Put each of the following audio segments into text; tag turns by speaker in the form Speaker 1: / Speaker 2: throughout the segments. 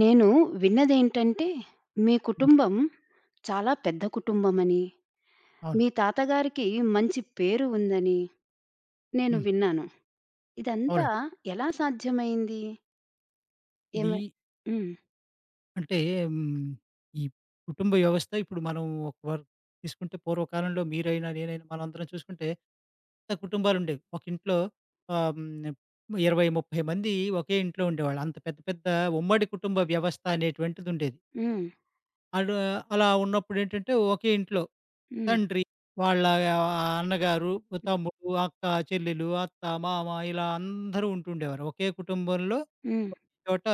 Speaker 1: నేను విన్నదేంటంటే, మీ
Speaker 2: హ్మ్.
Speaker 1: కుటుంబం చాలా పెద్ద కుటుంబమని,
Speaker 2: అవును.
Speaker 1: మీ తాతగారికి మంచి పేరు ఉందని నేను
Speaker 2: హ్మ్.
Speaker 1: విన్నాను. ఇదంతా
Speaker 2: అవునండి.
Speaker 1: ఎలా సాధ్యమైంది?
Speaker 2: ఇది
Speaker 1: ఏమై హ్మ్.
Speaker 2: అంటే హ్మ్. ఈ కుటుంబ వ్యవస్థ ఇప్పుడు మనం ఒక వర్క్ తీసుకుంటే పూర్వకాలంలో మీరైనా, నేనైనా మనందరం చూసుకుంటే పెద్ద కుటుంబాలుండేవి. ఒక ఇంట్లో ఆహ్, హ్మ్. 20, 30 మంది ఒకే ఇంట్లో ఉండేవాళ్ళు. అంత పెద్ద పెద్ద ఉమ్మడి కుటుంబ వ్యవస్థ అనేటువంటిదుండేది.
Speaker 1: హ్మ్.
Speaker 2: అడు అలా ఉన్నప్పుడేంటంటే ఒకే ఇంట్లో
Speaker 1: హ్మ్.
Speaker 2: తండ్రి, వాళ్ళ ఆహ్, అన్నగారు, తమ్ముడు, అక్క, చెల్లెలు, అత్త, మామ ఇలా అందరూ ఉంటుండేవారు. ఒకే కుటుంబంలో
Speaker 1: హ్మ్.
Speaker 2: చోట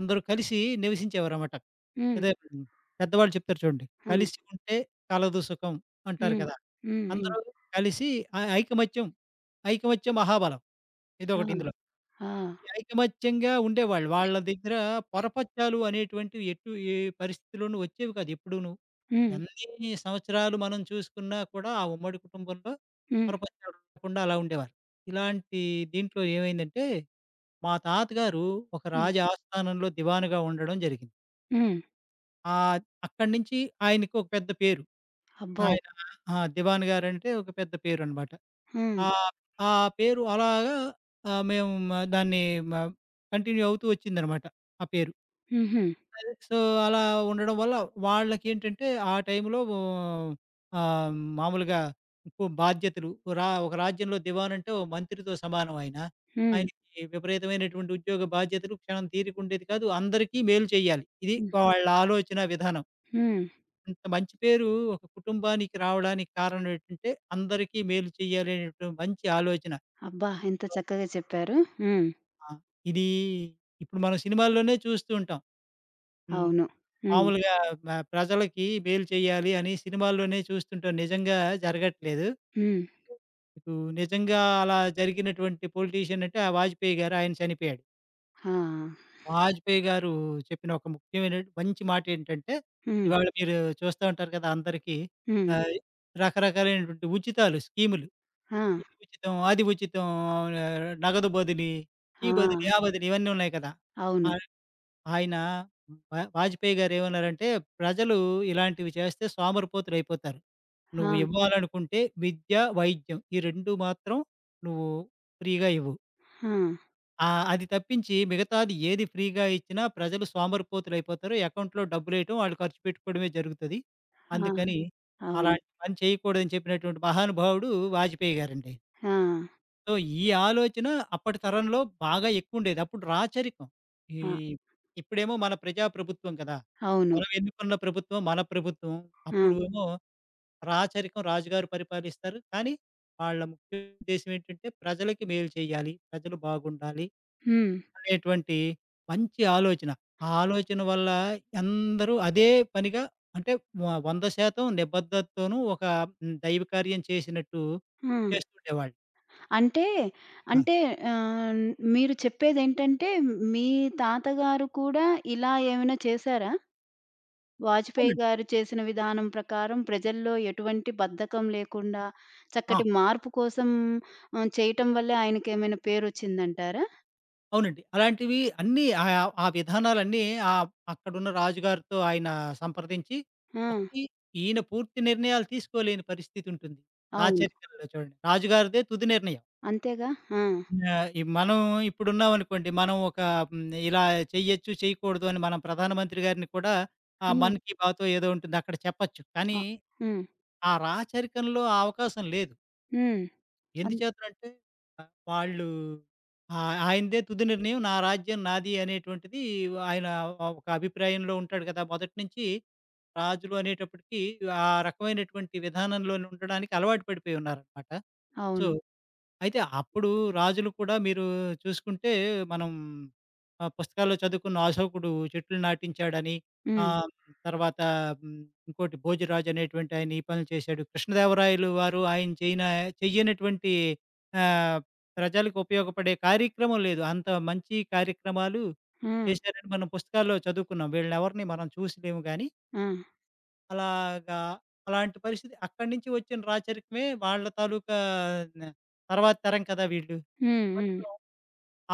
Speaker 2: అందరూ కలిసి నివసించేవారనమాట.
Speaker 1: హ్మ్.
Speaker 2: అదే పెద్దవాళ్ళు చెప్తారు చూడండి.
Speaker 1: అవును.
Speaker 2: "కలిసి ఉంటే కలదు సుఖం" అంటారు
Speaker 1: హ్మ్.
Speaker 2: కదా!
Speaker 1: హ్మ్. హ్మ్.
Speaker 2: అందరూ కలిసి ఐకమత్యం, ఐకమత్యం మహాబలం.
Speaker 1: ఆ!
Speaker 2: ఇదొకటి ఇందులో.
Speaker 1: ఆ!
Speaker 2: ఈ ఐకమత్యంగా ఉండేవాళ్ళు. వాళ్ళ దగ్గర పొరపచ్చాలు అనేటువంటివి ఏ పరిస్థితిలోనూ వచ్చేవి కాదు ఎప్పుడూను.
Speaker 1: హ్మ్.
Speaker 2: ఎన్ని సంవత్సరాలు మనం చూసుకున్నా కూడా ఆ ఉమ్మడి కుటుంబంలో
Speaker 1: హ్మ్.
Speaker 2: పొరపచ్చాలు ఉండకుండా అలా ఉండేవారు. ఇలాంటి దీంట్లో ఏమైందంటే మా తాతగారు ఒక
Speaker 1: హ్మ్.
Speaker 2: రాజ ఆస్థానంలో దివానుగా ఉండడం జరిగింది.
Speaker 1: హ్మ్.
Speaker 2: ఆహ్, అక్కడి నుంచి ఆయనకి ఒక పెద్ద పేరు.
Speaker 1: అబ్బో!
Speaker 2: ఆయన దివాన్ గారంటే ఒక పెద్ద పేరనమాట.
Speaker 1: హ్మ్.
Speaker 2: ఆహ్, ఆ ఆ పేరు అలాగా మేము దాన్ని మ కంటిన్యూ అవుతూ వచ్చిందనమాట ఆ పేరు.
Speaker 1: హుహు.
Speaker 2: సో, అలా ఉండడం వల్ల వాళ్ళకేంటంటే ఆ టైంలో ఆహ్, మామూలుగా ఎక్కువ బాధ్యతలు ఓ రా ఒక రాజ్యంలో దివాన్ అంటే ఓ మంత్రితో సమానం ఆయన.
Speaker 1: హ్మ్.
Speaker 2: ఆయనకి విపరీతమైనటువంటి ఉద్యోగ బాధ్యతలు క్షణం తీరికుండేది కాదు. అందరికీ మేలు చేయాలి. ఇది
Speaker 1: హ్మ్.
Speaker 2: వాళ్ళ ఆలోచన విధానం.
Speaker 1: హ్మ్.
Speaker 2: ఇంత మంచి పేరు ఒక కుటుంబానికి రావడానికి కారణం ఏంటంటే అందరికీ మేలు చేయాలనేటువంటి మంచి ఆలోచన.
Speaker 1: అబ్బా! ఎంత చక్కగా చెప్పారు. హ్మ్.
Speaker 2: ఆ! ఇది ఇప్పుడు మనం సినిమాల్లోనే చూస్తూ ఉంటాం. హ్మ్.
Speaker 1: అవును. హ్మ్.
Speaker 2: మామూలుగా ప్రజలకి మేలు చేయాలి అని సినిమాల్లోనే చూస్తుంటాం. నిజంగా జరగట్లేదు.
Speaker 1: హ్మ్.
Speaker 2: ఇప్పుడు నిజంగా అలా జరిగినటువంటి పొలిటీషియన్ అంటే ఆ 'వాజ్పేయి' గారు. ఆయన చనిపోయాడు.
Speaker 1: ఆ!
Speaker 2: 'వాజ్పేయి' గారు చెప్పిన ఒక ముఖ్యమైన మంచి మాట ఏంటంటే,
Speaker 1: హ్మ్.
Speaker 2: ఇవాళ మీరు చూస్తా ఉంటారు కదా! అందరికీ
Speaker 1: హ్మ్.
Speaker 2: ఆహ్, రకరకాలైనటువంటి ఉచితాలు, స్కీములు.
Speaker 1: ఆ!
Speaker 2: ఇది ఉచితం, అది ఉచితం, నగదు బదిలీ, ఈ
Speaker 1: ఆ!
Speaker 2: బదిలీ, ఆ బదిలీ ఇవన్నీ ఉన్నాయి కదా!
Speaker 1: అవును.
Speaker 2: ఆ ఆయన వాజపేయి గారేమన్నారంటే, "ప్రజలు ఇలాంటివి చేస్తే సోమరిపోతులైపోతారు. నువ్వు
Speaker 1: ఆ!
Speaker 2: ఇవ్వాలనుకుంటే విద్య, వైద్యం ఈ 2 మాత్రం నువ్వు ఫ్రీగా ఇవ్వు.
Speaker 1: ఆ!
Speaker 2: అది తప్పించి మిగతాది ఏది ఫ్రీగా ఇచ్చినా ప్రజలు సోమరిపోతులైపోతారు. అకౌంట్‌లో డబ్బులేయటం, వాళ్ళు ఖర్చు పెట్టుకోవడమే జరుగుతది.
Speaker 1: ఆ!
Speaker 2: అందుకని
Speaker 1: అవును.
Speaker 2: అలాంటి పని చేయకూడదని" చెప్పినటువంటి మహానుభావుడు వాజపేయి గారండి.
Speaker 1: ఆ!
Speaker 2: సో, ఈ ఆలోచన అప్పటి తరంలో బాగా ఎక్కువుండేది. అప్పుడు రాచరికం. ఈ
Speaker 1: ఆ!
Speaker 2: ఇప్పుడేమో మన ప్రజా ప్రభుత్వం కదా!
Speaker 1: అవును.
Speaker 2: మనం ఎన్నుకున్న ప్రభుత్వం మన ప్రభుత్వం.
Speaker 1: ఆ!
Speaker 2: అప్పుడేమో రాచరికం రాజుగారు పరిపాలిస్తారు. కానీ వాళ్ళ ముఖ్య ఉద్దేశ్యం ఏంటంటే ప్రజలకి మేలు చేయాలి, ప్రజలు బాగుండాలి
Speaker 1: హ్మ్.
Speaker 2: అనేటువంటి మంచి ఆలోచన. ఆ ఆలోచన వల్ల అందరూ అదే పనిగా అంటే 100% నిబద్ధతతోనూ ఒక దైవ కార్యం చేసినట్టు
Speaker 1: ఆ!
Speaker 2: చేస్తుండేవాళ్ళు.
Speaker 1: అంటే,
Speaker 2: ఆ!
Speaker 1: అంటే ఆహ్, మీరు చెప్పేదేంటంటే మీ తాతగారు కూడా ఇలా ఏమైనా చేశారా? వాజపేయి
Speaker 2: అవునండి.
Speaker 1: గారు చేసిన విధానం ప్రకారం ప్రజల్లో ఎటువంటి బద్ధకం లేకుండా
Speaker 2: ఆ!
Speaker 1: చక్కటి మార్పు కోసం చేయటం వల్లే ఆయనకేమైనా పేరొచ్చిందంటారా?
Speaker 2: అవునండి. అలాంటివి అన్నీ ఆ విధానాలన్నీ ఆహ్, అక్కడున్న రాజుగారితో ఆయన సంప్రదించి
Speaker 1: ఆ!
Speaker 2: ఒకటి ఈయన పూర్తి నిర్ణయాలు తీసుకోలేని పరిస్థితుంటుంది. నా
Speaker 1: అవును.
Speaker 2: చరిత్రలో చూడండి. రాజుగారిదే తుది నిర్ణయం.
Speaker 1: అంతేగా! ఆ!
Speaker 2: మనం ఇప్పుడున్నామనుకోండి. మనం ఒక ఇలా చెయ్యొచ్చు, చేయకూడదు అని మనం ప్రధానమంత్రి గారిని కూడా
Speaker 1: హ్మ్.
Speaker 2: 'మన్ కీ బాతో' ఏదో ఉంటుంది. అక్కడ చెప్పొచ్చు.
Speaker 1: ఆ!
Speaker 2: కానీ
Speaker 1: హ్మ్.
Speaker 2: ఆ రాచరికంలో ఆ అవకాశం లేదు.
Speaker 1: హ్మ్. అన్
Speaker 2: ఎందుచేతనంటే వాళ్ళు ఆయనదే తుది నిర్ణయం నా రాజ్యం నాది అనేటువంటిది ఆయన ఒక అభిప్రాయంలో ఉంటాడు కదా! మొదటి నుంచి రాజులు అనేటప్పటికి ఆ రకమైనటువంటి విధానంలోనే ఉండడానికి అలవాటు పడిపోయి ఉన్నారనమాట. సో
Speaker 1: అవును.
Speaker 2: అయితే అప్పుడు రాజులు కూడా మీరు చూసుకుంటే మనం పుస్తకాల్లో చదువుకున్న 'అశోకుడు' చెట్లు నాటించాడని,
Speaker 1: హ్మ్.
Speaker 2: ఆహ్, తర్వాత హ్మ్, ఇంకోటి 'భోజరాజు' అనేటువంటి ఆయన ఈ పనులు చేశాడు. కృష్ణదేవరాయలు వారు ఆయన చెయ్యనటువంటి ఆహ్, ప్రజలకు ఉపయోగపడే కార్యక్రమం లేదు. అంత మంచి కార్యక్రమాలు
Speaker 1: హ్మ్.
Speaker 2: చేశారని మనం పుస్తకాల్లో చదువుకున్నాం. వీళ్ళనెవరిని మనం చూసలేము గానీ,
Speaker 1: ఆ!
Speaker 2: అలాగా అలాంటి పరిస్థితి అక్కడి నుంచి వచ్చిన రాచరికమే వాళ్ళ తాలూకా న తర్వాత తరం కదా వీళ్ళు.
Speaker 1: హ్మ్. హ్మ్.
Speaker 2: కొంచెం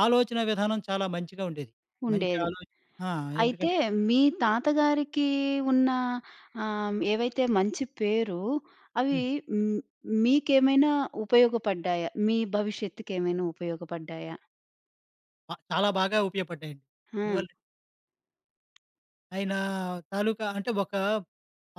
Speaker 2: ఆలోచన విధానం చాలా మంచిగా ఉండేది. మంచి
Speaker 1: ఉండేది.
Speaker 2: ఆలోచన ఆ!
Speaker 1: అయితే
Speaker 2: ఎందుకంటే
Speaker 1: మీ తాతగారికి ఉన్న ఏవైతే మంచి పేరు అవి
Speaker 2: హ్మ్.
Speaker 1: హ్మ్, మీకేమైనా ఉపయోగపడ్డాయా? మీ భవిష్యత్తుకేమైనా ఉపయోగపడ్డాయా?
Speaker 2: చాలా బాగా ఉపయోగపడ్డాయండి.
Speaker 1: ఆ!
Speaker 2: అందువల్ల ఆయన తాలూకా అంటే ఒక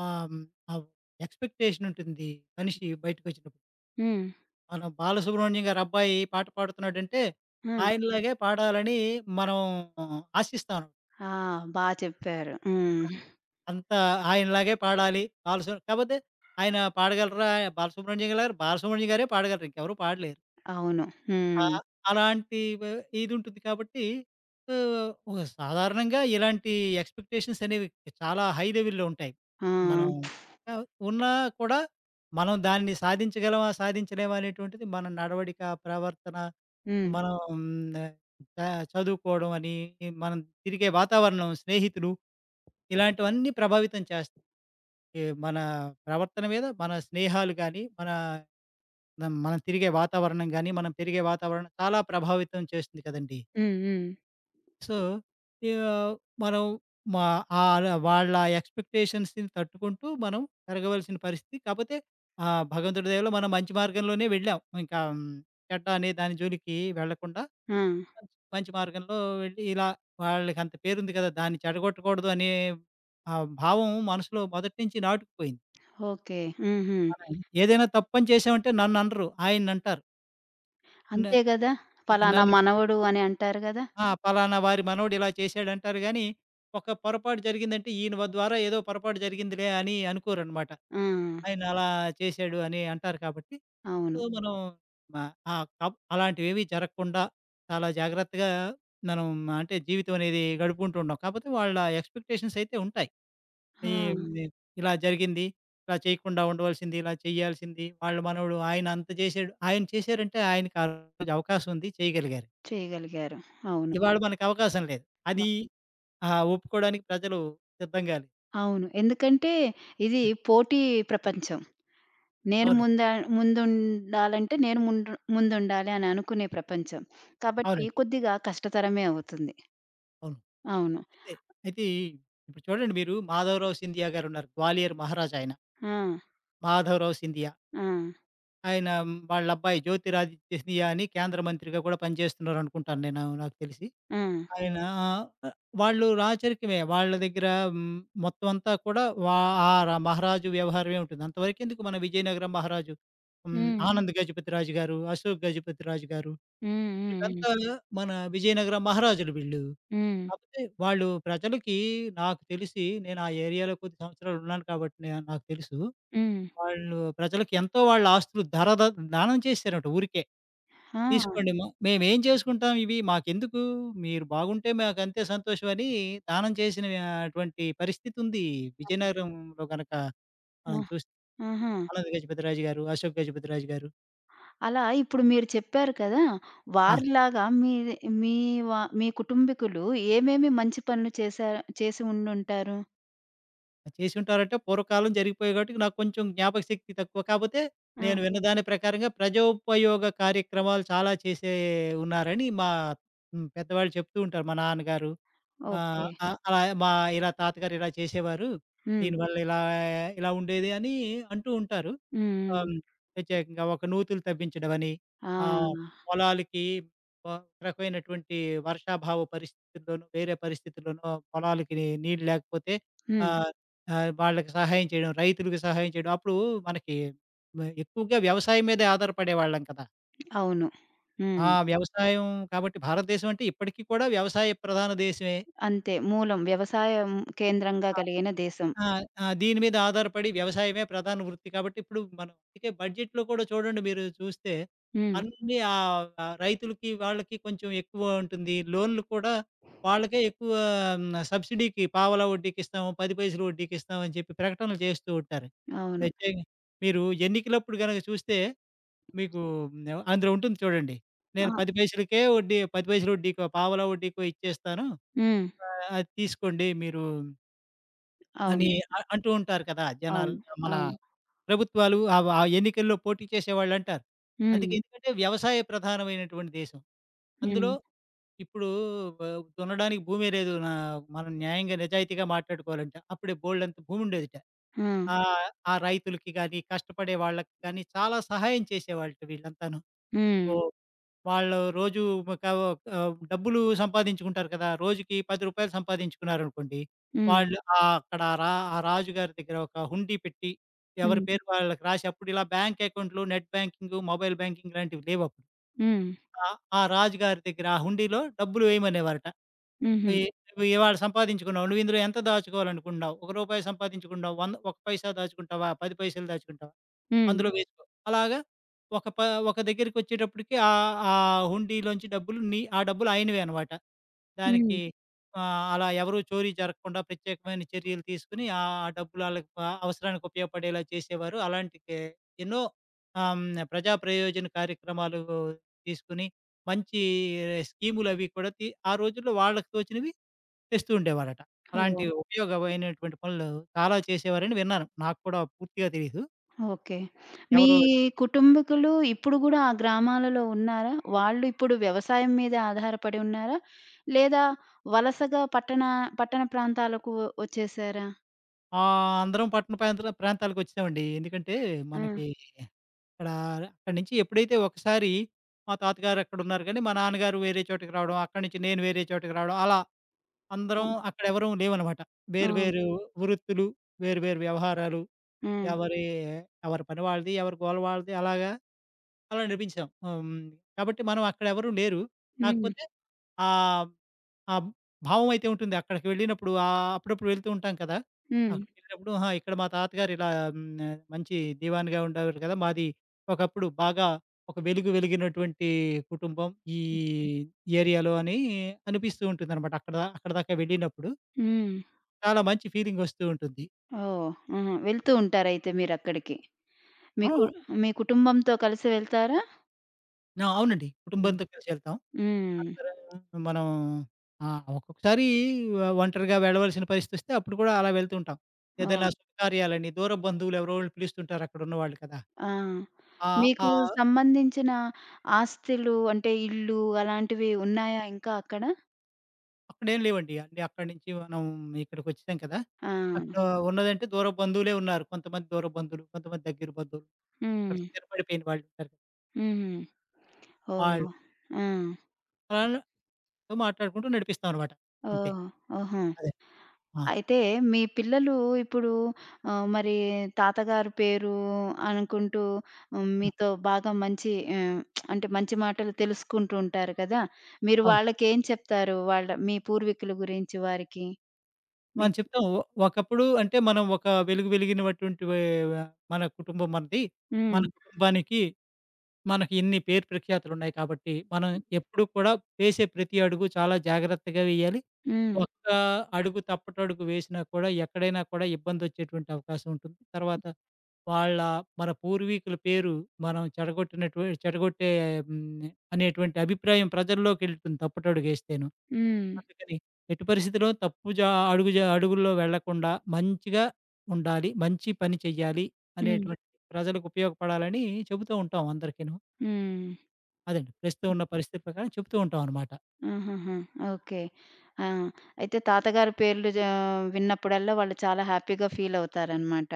Speaker 2: ఆహ్, హ్మ్. ఆహ్, ఎక్స్‌పెక్టేషన్ ఉంటుంది మనిషి బయటకొచ్చినప్పుడు.
Speaker 1: హ్మ్.
Speaker 2: మనం బాలసుబ్రహ్మణ్యం గారి అబ్బాయి పాట పాడుతున్నాడంటే,
Speaker 1: ఆ!
Speaker 2: ఆయనలాగే పాడాలని మనం ఆశిస్తాం.
Speaker 1: ఆ! బా చెప్పారు. హ్మ్.
Speaker 2: అంత ఆయనలాగే పాడాలి. కాపోతే ఆయన పాడగలరా? బాలసుబ్రహ్మణ్యం గారు బాలసుబ్రహ్మణ్యం గారే పాడగలరు. ఇంకెవరు పాడలేరు.
Speaker 1: అవును.
Speaker 2: ఆ!
Speaker 1: హ్మ్.
Speaker 2: అలాంటి ఇదుంటుంది కాబట్టి ఒక సాధారణంగా ఇలాంటి ఎక్స్‌పెక్టేషన్స్ అనేవి చాలా హై లెవెల్‌లో ఉంటాయి.
Speaker 1: ఆ!
Speaker 2: మనం ఆహ్, ఉన్నా కూడా మనం దాన్ని సాధించగలమా? సాధించలేమా? అనేటువంటిది మన నడవడిక, ప్రవర్తన,
Speaker 1: హ్మ్.
Speaker 2: మనం మ్, చ చదువుకోవడం అని, మనం తిరిగే వాతావరణం, స్నేహితులు ఇలాంటివన్నీ ప్రభావితం చేస్తాయి. మన ప్రవర్తన మీద మన స్నేహాలు గాని, మన మనం తిరిగే వాతావరణం గాని, మనం పెరిగే వాతావరణం చాలా ప్రభావితం చేస్తుంది కదండీ!
Speaker 1: హ్మ్. హ్మ్.
Speaker 2: సో, ఆహ్, మనం మా ఆల వాళ్ళ ఎక్స్‌పెక్టేషన్స్‌ని తట్టుకుంటూ మనం పెరగవలసిన పరిస్థితి. కాపోతే భగవంతుడి దయవల్ల మనం మంచి మార్గంలోనే వెళ్ళాం. ఇంకా చెడ్డ అనే దాని జోలికి వెళ్ళకుండా
Speaker 1: ఆ!
Speaker 2: మంచి మంచి మార్గంలో వెళ్ళి ఇలా వాళ్ళకంత పేరుంది కదా! దాన్ని చెడగొట్టకూడదు అనే ఆ భావం మనసులో మొదటి నుంచి నాటుకుపోయింది.
Speaker 1: ఓకే. హుహు.
Speaker 2: మనం ఏదైనా తప్పని చేశామంటే నన్ననరు. ఆయన్నంటారు. న
Speaker 1: అంతే గదా! ఫలానా
Speaker 2: నన్ను
Speaker 1: మనవడు అని అంటారు గదా!
Speaker 2: ఆ! పలానా వారి మనవడు ఇలా చేశాడంటారు గానీ, ఒక పొరపాటు జరిగిందంటే ఈయన ద్వారా ఏదో పొరపాటు జరిగిందిలే అని అనుకోరనమాట.
Speaker 1: ఆ!
Speaker 2: ఆయన అలా చేశాడు అని అంటారు కాబట్టి,
Speaker 1: అవును.
Speaker 2: సో, మనం మ అలాంటివేవి జరగకుండా చాలా జాగ్రత్తగా మనం అంటే జీవితం అనేది గడుపుకుంటూ ఉంటాం. కాపోతే వాళ్ళ ఎక్స్‌పెక్టేషన్స్ అయితే ఉంటాయి.
Speaker 1: ఆ!
Speaker 2: ఈ హ్మ్, ఇలా జరిగింది, ఇలా చేయకుండా ఉండవలసింది, ఇలా చేయాల్సింది, వాళ్ళ మనవడు ఆయన అంత చేశాడు. ఆయన చేశారంటే ఆయనకి ఆ రోజు అవకాశం ఉంది చేయగలిగారు.
Speaker 1: చేయగలిగారు. అవును.
Speaker 2: ఇవాళ మనకి అవకాశం లేదు.
Speaker 1: వ
Speaker 2: అది ఆ! ఒప్పుకోడానికి ప్రజలు సిద్ధంగాలే.
Speaker 1: అవును. ఎందుకంటే ఇది పోటీ ప్రపంచం. నేను
Speaker 2: అవునండి.
Speaker 1: ముందా ముందుండాలంటే నేను ముందు ముందుండాలి అని అనుకునే ప్రపంచం. కాబట్టి
Speaker 2: అవునండి.
Speaker 1: కొద్దిగా కష్టతరమే అవుతుంది.
Speaker 2: అవును.
Speaker 1: అవును.
Speaker 2: అయితే, అయితే ఈ- ఇప్పుడు చూడండి మీరు 'మాధవరావు సింధియా' గారున్నారు. గ్వాలియర్ మహారాజా ఆయన.
Speaker 1: ఆ!
Speaker 2: 'మాధవరావు సింధియా'
Speaker 1: ఆ!
Speaker 2: ఆయన వాళ్ళ అబ్బాయి జ్యోతిరాదిత్య సింధియా అని కేంద్ర మంత్రిగా కూడా పనిచేస్తున్నారనుకుంటాను నేను నాకు తెలిసి.
Speaker 1: ఆ! హ్మ్.
Speaker 2: ఆయన ఆహ్, వాళ్ళు రాచరికమే. వాళ్ళ దగ్గర హ్మ్, మొత్తం అంతా కూడా ఆ మహారాజు వ్యవహారమే ఉంటుంది. అంతవరకెందుకు మన విజయనగరం మహారాజు,
Speaker 1: హ్మ్.
Speaker 2: ఆనంద్ గజపతిరాజు గారు, అశోక్ గజపతిరాజు గారు
Speaker 1: హ్మ్. హ్మ్.
Speaker 2: వీళ్ళంతా మన విజయనగరం మహారాజులు వీళ్ళు.
Speaker 1: హ్మ్.
Speaker 2: కాకపోతే వాళ్ళు ప్రజలకి నాకు తెలిసి నేను ఆ ఏరియాలో కొద్ది సంవత్సరాలు ఉన్నాను కాబట్టి నాకు తెలుసు.
Speaker 1: హ్మ్.
Speaker 2: వాళ్ళు ప్రజలకి ఎంతో వాళ్ళ ఆస్తులు దానం చేశారట ఊరికే.
Speaker 1: ఆ!
Speaker 2: తీసుకోండి మేమేం చేసుకుంటాం ఇవి మాకెందుకు మీరు బాగుంటే మాకంతే సంతోషం అని దానం చేసిన అటువంటి పరిస్థితి ఉంది. విజయనగరంలో గనక
Speaker 1: ఆ!
Speaker 2: మనం చూస్తే
Speaker 1: ఆహా!
Speaker 2: ఆనంద్ గజపతిరాజు గారు, అశోక్ గజపతిరాజు గారు.
Speaker 1: అలా ఇప్పుడు మీరు చెప్పారు కదా!
Speaker 2: ఆ!
Speaker 1: వారిలాగా మీది మీ మీ కుటుంబీకులు ఏమేమి మంచి పనులు చేశారు చేసి ఉండుంటారు?
Speaker 2: చేసుంటారంటే పూర్వకాలం జరిగిపోయాయి కాబట్టి నాకు కొంచెం జ్ఞాపక శక్తి తక్కువ. కాపోతే
Speaker 1: ఆ!
Speaker 2: నేను విన్న దాని ప్రకారంగా ప్రజోపయోగ కార్యక్రమాలు చాలా చేసే ఉన్నారని మా పెద్దవాళ్ళు చెప్తూ ఉంటారు. మా నాన్నగారు
Speaker 1: ఓకే.
Speaker 2: ఓకే. అలా మా ఇలా తాతగారు ఇలా చేసేవారు.
Speaker 1: హ్మ్.
Speaker 2: దీనివల్ల ఇలా ఇలా ఉండేది అని అంటూ ఉంటారు.
Speaker 1: హ్మ్.
Speaker 2: ఆహ్,
Speaker 1: హ్మ్.
Speaker 2: హ్మ్. ప్రత్యేకంగా ఒక నూతులు తవ్వించడమని,
Speaker 1: ఆ!
Speaker 2: ఆహ్, పొలాలకి ఒక రకమైనటువంటి వర్షాభావ పరిస్థితుల్లోనూ, వేరే పరిస్థితుల్లోనూ పొలాలకి నీళ్ళు లేకపోతే
Speaker 1: హ్మ్.
Speaker 2: ఆహ్, ఆహ్, వాళ్ళకి సహాయం చేయడం, రైతులకు సహాయం చేయడం. అప్పుడు మనకి ఎక్కువగా వ్యవసాయం మీదే ఆధారపడేవాళ్ళం కదా!
Speaker 1: అవును.
Speaker 2: ఆ!
Speaker 1: హ్మ్.
Speaker 2: వ్యవసాయం కాబట్టి భారతదేశం అంటే ఇప్పటికి కూడా వ్యవసాయ ప్రధాన దేశమే.
Speaker 1: అంతే మూలం వ్యవసాయం కేంద్రంగా కలిగిన దేశం.
Speaker 2: ఆ! ఆ! దీని మీద ఆధారపడి వ్యవసాయమే ప్రధాన వృత్తి కాబట్టి ఇప్పుడు మనం అందుకే బడ్జెట్‌లో కూడా చూడండి మీరు చూస్తే
Speaker 1: హ్మ్.
Speaker 2: అన్నీ ఆహ్, ఆహ్, రైతులకి వాళ్ళకి కొంచెం ఎక్కువ ఉంటుంది. లోన్‌లు కూడా వాళ్ళకే ఎక్కువ సబ్సిడీకి పావలా వడ్డీకి ఇస్తాము, 10 పైసలు వడ్డీకి ఇస్తామని చెప్పి ప్రకటనలు చేస్తూ ఉంటారు.
Speaker 1: అవును.
Speaker 2: ప్రత్యేక మీరు ఎన్నికలప్పుడు గనక చూస్తే మీకు అందులో ఉంటుంది చూడండి. నేను 10
Speaker 1: ఆ!
Speaker 2: పైసలకే వడ్డీ 10 పైసల వడ్డీకో, పావలా వడ్డీకో ఇచ్చేస్తాను.
Speaker 1: హ్మ్.
Speaker 2: అది తీసుకోండి మీరు అని
Speaker 1: అవును.
Speaker 2: అంటూ ఉంటారు కదా! జనాలు.
Speaker 1: అవును.
Speaker 2: మన
Speaker 1: అవును.
Speaker 2: ప్రభుత్వాలు ఆ ఎన్నికల్లో పోటీ చేసేవాళ్ళంటారు. అందుకే
Speaker 1: హ్మ్.
Speaker 2: ఎందుకంటే వ్యవసాయ ప్రధానమైనటువంటి దేశం. అందులో
Speaker 1: హ్మ్.
Speaker 2: ఇప్పుడు దున్నడానికి భూమే లేదు. మనం న్యాయంగా నిజాయితీగా మాట్లాడుకోవాలంటే అప్పుడే బోలెడంత భూముండేదిట.
Speaker 1: ఆ!
Speaker 2: ఆ ఆ రైతులకి గాని, కష్టపడే వాళ్ళకి గాని చాలా సహాయం చేసేవాళ్ళట వీళ్ళంతాను.
Speaker 1: హ్మ్.
Speaker 2: ఓ వాళ్ళు రోజు ఒక డబ్బులు సంపాదించుకుంటారు కదా! రోజుకి రూ. 10 సంపాదించుకున్నారనుకోండి.
Speaker 1: హ్మ్.
Speaker 2: వాళ్ళు అక్కడ ఆ రాజుగారి దగ్గర ఒక హుండీ పెట్టి, ఎవరి
Speaker 1: హ్మ్.
Speaker 2: పేరు వాళ్ళకి రాసి అప్పుడు ఇలా బ్యాంక్ అకౌంట్‌లు, నెట్ బ్యాంకింగు, మొబైల్ బ్యాంకింగ్ లాంటివి లేవప్పుడు.
Speaker 1: హ్మ్.
Speaker 2: ఆ! ఆ రాజుగారి దగ్గర ఆ హుండీలో డబ్బులు వేయమనేవారట.
Speaker 1: హుహు.
Speaker 2: ఈ నువ్వు ఇవాళ సంపాదించుకున్నావు. నువ్వు ఇందులో ఎంత దాచుకోవాలనుకుంటున్నావు? రూ. 1 సంపాదించుకున్నావు. 1 పైసా దాచుకుంటావా? 10 పైసలు దాచుకుంటావా?
Speaker 1: హ్మ్.
Speaker 2: అందులో వేసుకో. అలాగా ఒక ప ఒక దగ్గరికొచ్చేటప్పటికి ఆ ఆ హుండీలోంచి డబ్బులు ఆ డబ్బులు ఆయనవే అనమాట.
Speaker 1: హ్మ్.
Speaker 2: దానికి అలా ఎవరు చోరీ జరగకుండా ప్రత్యేకమైన చర్యలు తీసుకొని ఆ డబ్బులు ఆళ్ళకి అవసరానికి ఉపయోగపడేలా చేసేవారు. అలాంటి ఎన్నో ఆహ్, హ్మ్. ప్రజా ప్రయోజన కార్యక్రమాలు తీసుకొని మంచి స్కీములవి కూడా ఆ రోజుల్లో వాళ్ళకి తోచినవి తెస్తూ ఉండేవారట. అలాంటి
Speaker 1: ఓహ్!
Speaker 2: ఉపయోగమైనటువంటి పనులు చాలా చేసేవారని విన్నాను. నాకు కూడా పూర్తిగా తెలీదు.
Speaker 1: ఓకే. మీ
Speaker 2: ఎవరో
Speaker 1: కుటుంబకులు ఇప్పుడు గూడా ఆ గ్రామాలలో ఉన్నారా? వాళ్ళు ఇప్పుడు వ్యవసాయం మీద ఆధారపడి ఉన్నారా? లేదా వలసగా పట్టణ పట్టణ ప్రాంతాలకు వచ్చేసారా?
Speaker 2: అందరం పట్టణ ప్రాంతాల ప్రాంతాలకొచ్చేసామండి. ఎందుకంటే
Speaker 1: ఆ!
Speaker 2: మనకి ఇక్కడ అక్కడి నుంచి ఎప్పుడైతే ఒకసారి మా తాతగారు అక్కడున్నారు కానీ, మా నాన్నగారు వేరే చోటకి రావడం, అక్కడి నుంచి నేను వేరే చోటకి రావడం అలా అందరం
Speaker 1: అన్
Speaker 2: అక్కడ ఎవరం లేవనమాట. వేరు
Speaker 1: ఆ!
Speaker 2: వేరు వృత్తులు, వేరు వేరు వ్యవహారాలు
Speaker 1: ఆ!
Speaker 2: ఎవరి ఎవరి పని వాళ్ళది, ఎవరి గోల వాళ్ళది అలాగా అలా నడిపించాం. ఆహ్, హ్మ్. కాబట్టి మనం అక్కడెవరు లేరు.
Speaker 1: హ్మ్.
Speaker 2: కాకపోతే ఆహ్, ఆ భావం అయితే ఉంటుంది. అక్కడికి వెళ్ళినప్పుడు అప్పుడప్పుడు వెళ్తూ ఉంటాం కదా!
Speaker 1: హ్మ్.
Speaker 2: అక్కడికెళ్ళినప్పుడు ఆహా! ఇక్కడ మా తాతగారు ఇలా మంచి దీవాన్‌గా ఉండేవారు కదా! మాది ఒకప్పుడు బాగా ఒక వెలుగు వెలిగినటువంటి కుటుంబం ఈ ఏరియాలో అని అనిపిస్తూ ఉంటుందనమాట. అక్కడి దాకా వెళ్ళినప్పుడు
Speaker 1: హ్మ్.
Speaker 2: చాలా మంచి ఫీలింగొస్తూ ఉంటుంది.
Speaker 1: ఓహ్! ఆహా! వెళ్తూ ఉంటారయితే మీరక్కడికి. మీ
Speaker 2: ఆ!
Speaker 1: కు మీ కుటుంబంతో కలిసి వెళ్తారా?
Speaker 2: ఆ! అవునండి.
Speaker 1: హ్మ్.
Speaker 2: కుటుంబంతో కలిసి వెళ్తాం.
Speaker 1: హ్మ్.
Speaker 2: అందరూ మనం ఆ! ఒక్కొక్కసారి ఒంటరిగా వెళ్ళవలసిన పరిస్థితొస్తే అప్పుడు కూడా అలా వెళ్తూ ఉంటాం.
Speaker 1: ఓహ్!
Speaker 2: ఏదైనా శుభకార్యాలని దూర బంధువులు ఎవరో ఒకళ్ళు పిలుస్తుంటారు అక్కడున్నవాళ్ళు కదా!
Speaker 1: ఆ!
Speaker 2: ఆహ్,
Speaker 1: మీకు
Speaker 2: ఆహ్,
Speaker 1: సంబంధించిన ఆస్తులు అంటే ఇల్లు అలాంటివి ఉన్నాయా ఇంకా అక్కడ?
Speaker 2: అక్కడేం లేవండి. అంటే అక్కడి నుంచి మనం ఇక్కడికొచ్చేసాం కదా!
Speaker 1: ఆ!
Speaker 2: అక్కడ ఉన్నదంటే దూర బంధువులే ఉన్నారు. కొంతమంది దూర బంధువులు, కొంతమంది దగ్గర బంధువులు, అక్కడ
Speaker 1: హ్మ్.
Speaker 2: స్థిరపడిపోయిన వాళ్ళు ఉంటారు కదా!
Speaker 1: హ్మ్. ఓహ్!
Speaker 2: వాళ్ళు.
Speaker 1: ఆ!
Speaker 2: వాళ్ళతో మాట్లాడుకుంటూ నడిపిస్తామనమాట. అంతే.
Speaker 1: ఓహ్! ఓహో!
Speaker 2: అదే. ఆ!
Speaker 1: అయితే మీ పిల్లలు ఇప్పుడు మరి తాతగారి పేరు అనుకుంటూ హ్మ్,
Speaker 2: ఆ!
Speaker 1: మీతో బాగా మంచి ఆహ్, అంటే మంచి మాటలు తెలుసుకుంటూ ఉంటారు కదా! మీరు
Speaker 2: అవును.
Speaker 1: వాళ్ళకేం చెప్తారు? వాళ్ళ మీ పూర్వీకుల గురించి వారికి? మీ
Speaker 2: మనం చెప్తాం. ఒకప్పుడు అంటే మనం ఒక వెలుగు వెలిగినటువంటి మన కుటుంబం మనది. మన
Speaker 1: హ్మ్.
Speaker 2: కుటుంబానికి మనకి ఇన్ని పేరు ప్రఖ్యాతులున్నాయి కాబట్టి, మనం ఎప్పుడూ కూడా వేసే ప్రతి అడుగు చాలా జాగ్రత్తగా వేయాలి.
Speaker 1: హ్మ్.
Speaker 2: ఒక్క అడుగు తప్పటడుగు వేసినా కూడా ఎక్కడైనా కూడా ఇబ్బందొచ్చేటువంటి అవకాశం ఉంటుంది. తర్వాత వాళ్ళ మన పూర్వీకుల పేరు మనం చెడగొట్టే హ్మ్. అనేటువంటి అభిప్రాయం ప్రజల్లోకెళ్తుంది తప్పటడుగేస్తేను.
Speaker 1: హ్మ్.
Speaker 2: అందుకని ఎట్టి పరిస్థితిలో తప్పు అడుగు అడుగుల్లో వెళ్ళకుండా మంచిగా ఉండాలి. మంచి పని చెయ్యాలి
Speaker 1: హ్మ్.
Speaker 2: అనేటువంటి ప్రజలకు ఉపయోగపడాలని చెబుతూ ఉంటాం అందరికీను.
Speaker 1: హ్మ్.
Speaker 2: అదండి. ప్రస్తుతం ఉన్న పరిస్థితి ప్రకారం చెప్తూ ఉంటాం అనమాట.
Speaker 1: ఆహాహా! ఓకే. ఆ! అయితే తాతగారి పేర్లు విన్నప్పుడల్లా వాళ్ళు చాలా హ్యాపీగా ఫీలవుతారనమాట.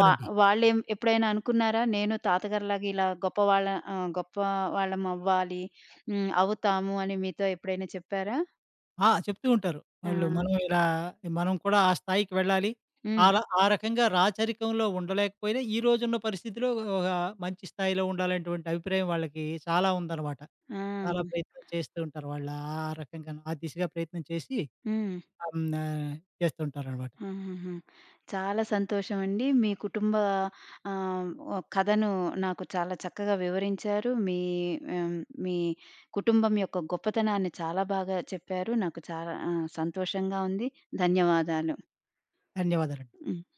Speaker 1: వా వాళ్ళేం ఎప్పుడైనా అనుకున్నారా? నేను తాతగారిలాగా ఇలా గొప్ప వాళ్ళమవ్వాలి, హ్మ్. అవుతాము అని మీతో ఎప్పుడైనా చెప్పారా?
Speaker 2: ఆ! చెప్తూ ఉంటారు.
Speaker 1: ఆ!
Speaker 2: వాళ్ళు మనం ఇలా మనం కూడా ఆ స్థాయికి వెళ్ళాలి.
Speaker 1: హ్మ్.
Speaker 2: ఆ రకంగా రాచరికంలో ఉండలేకపోయినా ఈ రోజున్న పరిస్థితిలో ఒక మంచి స్థాయిలో ఉండాలనేటువంటి అభిప్రాయం వాళ్ళకి చాలా ఉందనమాట.
Speaker 1: ఆ!
Speaker 2: చాలా ప్రయత్నం చేస్తూ ఉంటారు. వాళ్ళు ఆ రకంగాను ఆ దిశగా ప్రయత్నం చేసి
Speaker 1: హ్మ్.
Speaker 2: హ్మ్. ఆహ్, చేస్తుంటారనమాట.
Speaker 1: ఆహాహా! చాలా సంతోషమండి. మీ కుటుంబ ఓ కథను నాకు చాలా చక్కగా వివరించారు. ఆహ్, మీ కుటుంబం యొక్క గొప్పతనాన్ని చాలా బాగా చెప్పారు. నాకు చాలా సంతోషంగా ఉంది. ధన్యవాదాలు.
Speaker 2: ధన్యవాదాలండి.
Speaker 1: హ్మ్.